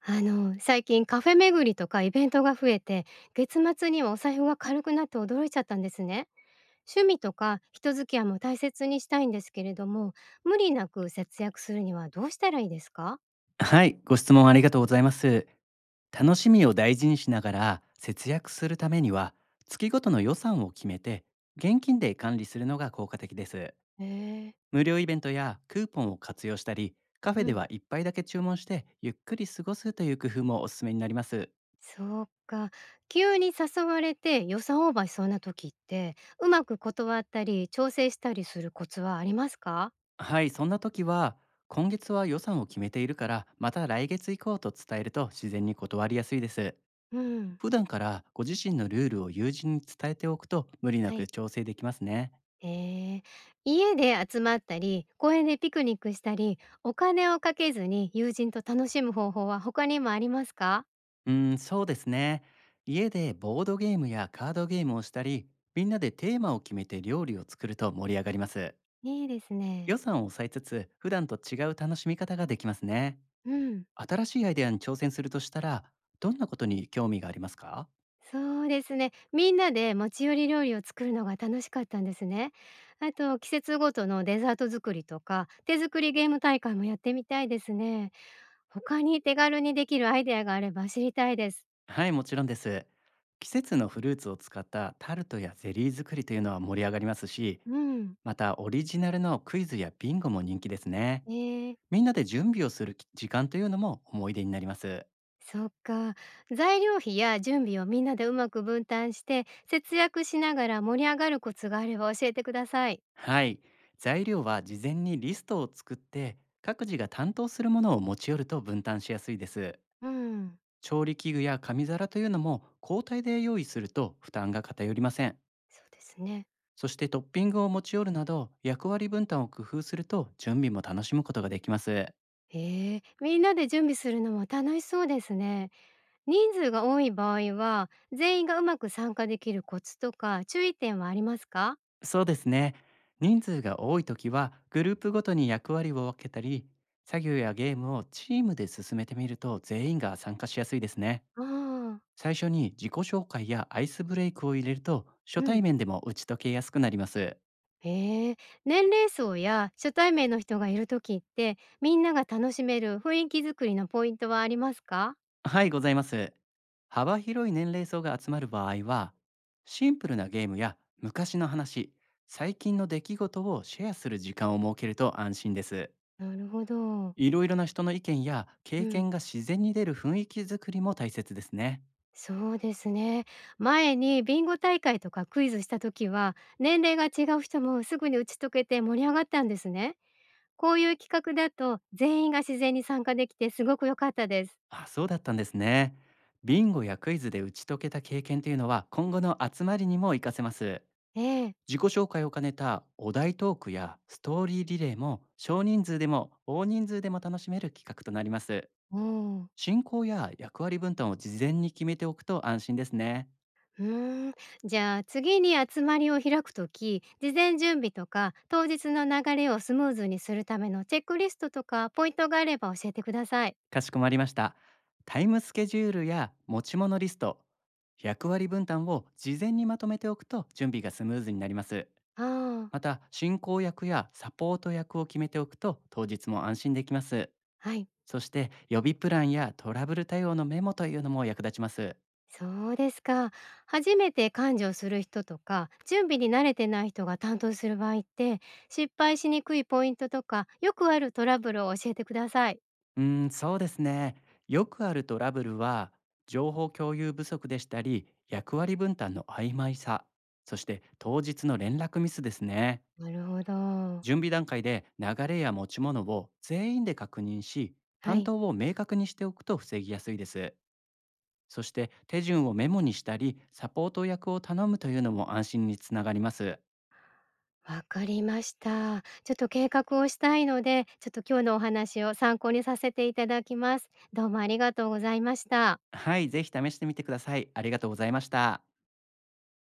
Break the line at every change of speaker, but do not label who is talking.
最近カフェ巡りとかイベントが増えて、月末にはお財布が軽くなって驚いちゃったんですね。趣味とか人付き合いも大切にしたいんですけれども、無理なく節約するにはどうしたらいいですか？
はい、ご質問ありがとうございます。楽しみを大事にしながら節約するためには、月ごとの予算を決めて、現金で管理するのが効果的です。
へえー。
無料イベントやクーポンを活用したり、カフェ
う
で
ん。
は一杯だけ注文してゆっくり過ごすという工夫もおすすめになります。
そうか。急に誘われて予算オーバーしそうな時って、うまく断ったり調整したりするコツはありますか？
はい、そんな時は、今月は予算を決めているから、また来月以降と伝えると自然に断りやすいです。
うん。
普段からご自身のルールを友人に伝えておくと無理な
は
く
い。
調整できますね。
ええ、家で集まったり、公園でピクニックしたり、お金をかけずに友人と楽しむ方法は他にもありますか？
うん、そうですね。家でボードゲームやカードゲームをしたり、みんなでテーマを決めて料理を作ると盛り上がります。
いいですね。
予算を抑えつつ、普段と違う楽しみ方ができますね。
うん、
新しいアイデアに挑戦するとしたら、どんなことに興味がありますか？
そうですね。みんなで持ち寄り料理を作るのが楽しかったんですね。あと季節ごとのデザート作りとか、手作りゲーム大会もやってみたいですね。他に手軽にできるアイデアがあれば知りたいです。
はい、もちろんです。季節のフルーツを使ったタルトやゼリー作りというのは盛り上がりますし、
うん、
またオリジナルのクイズやビンゴも人気ですね。
ええ。
みんなで準備をする時間というのも思い出になります。
そっか。材料費や準備をみんなでうまく分担して、節約しながら盛り上がるコツがあれば教えてください。
はい。材料は事前にリストを作って、各自が担当するものを持ち寄ると分担しやすいです。
うん。
調理器具や紙皿というのも交代で用意すると負担が偏りません。
そうですね。
そしてトッピングを持ち寄るなど役割分担を工夫すると準備も楽しむことができます。
ええ、みんなで準備するのも楽しそうですね。人数が多い場合は、全員がうまく参加できるコツとか注意点はありますか？
そうですね。人数が多い時はグループごとに役割を分けたり、作業やゲームをチームで進めてみると全員が参加しやすいですね。
ああ、
最初に自己紹介やアイスブレイクを入れると初
う
対
ん。
面でも打ち解けやすくなります。
ええ、年齢層や初対面の人がいるときって、みんなが楽しめる雰囲気作りのポイントはありますか？
はい、ございます。幅広い年齢層が集まる場合は、シンプルなゲームや昔の話、最近の出来事をシェアする時間を設けると安心です。
なるほど。
いろいろな人の意見や
う
経
ん、
験が自然に出る雰囲気づくりも大切ですね。
そうですね。前にビンゴ大会とかクイズした時は、年齢が違う人もすぐに打ち解けて盛り上がったんですね。こういう企画だと全員が自然に参加できてすごく良かったです。
あ、そうだったんですね。ビンゴやクイズで打ち解けた経験というのは今後の集まりにも活かせます。
ええ。
自己紹介を兼ねたお題トークやストーリーリレーも、少人数でも大人数でも楽しめる企画となります。
うん。
進行や役割分担を事前に決めておくと安心ですね。
うーん。じゃあ次に集まりを開くとき、事前準備とか当日の流れをスムーズにするためのチェックリストとかポイントがあれば教えてください。
かしこまりました。タイムスケジュールや持ち物リスト、役割分担を事前にまとめておくと準備がスムーズになります。
ああ、
また、進行役やサポート役を決めておくと当日も安心できます。
はい。
そして、予備プランやトラブル対応のメモというのも役立ちます。
そうですか。初めて幹事をする人とか、準備に慣れてない人が担当する場合って、失敗しにくいポイントとか、よくあるトラブルを教えてください。
そうですね。よくあるトラブルは、情報共有不足でしたり、役割分担の曖昧さ、そして当日の連絡ミスですね。
なるほど。
準備段階で流れや持ち物を全員で確認し、
は
担
い。
当を明確にしておくと防ぎやすいです。そして手順をメモにしたり、サポート役を頼むというのも安心につながります。
わかりました。ちょっと計画をしたいので、ちょっと今日のお話を参考にさせていただきます。どうもありがとうございました。
はい、ぜひ試してみてください。ありがとうございました。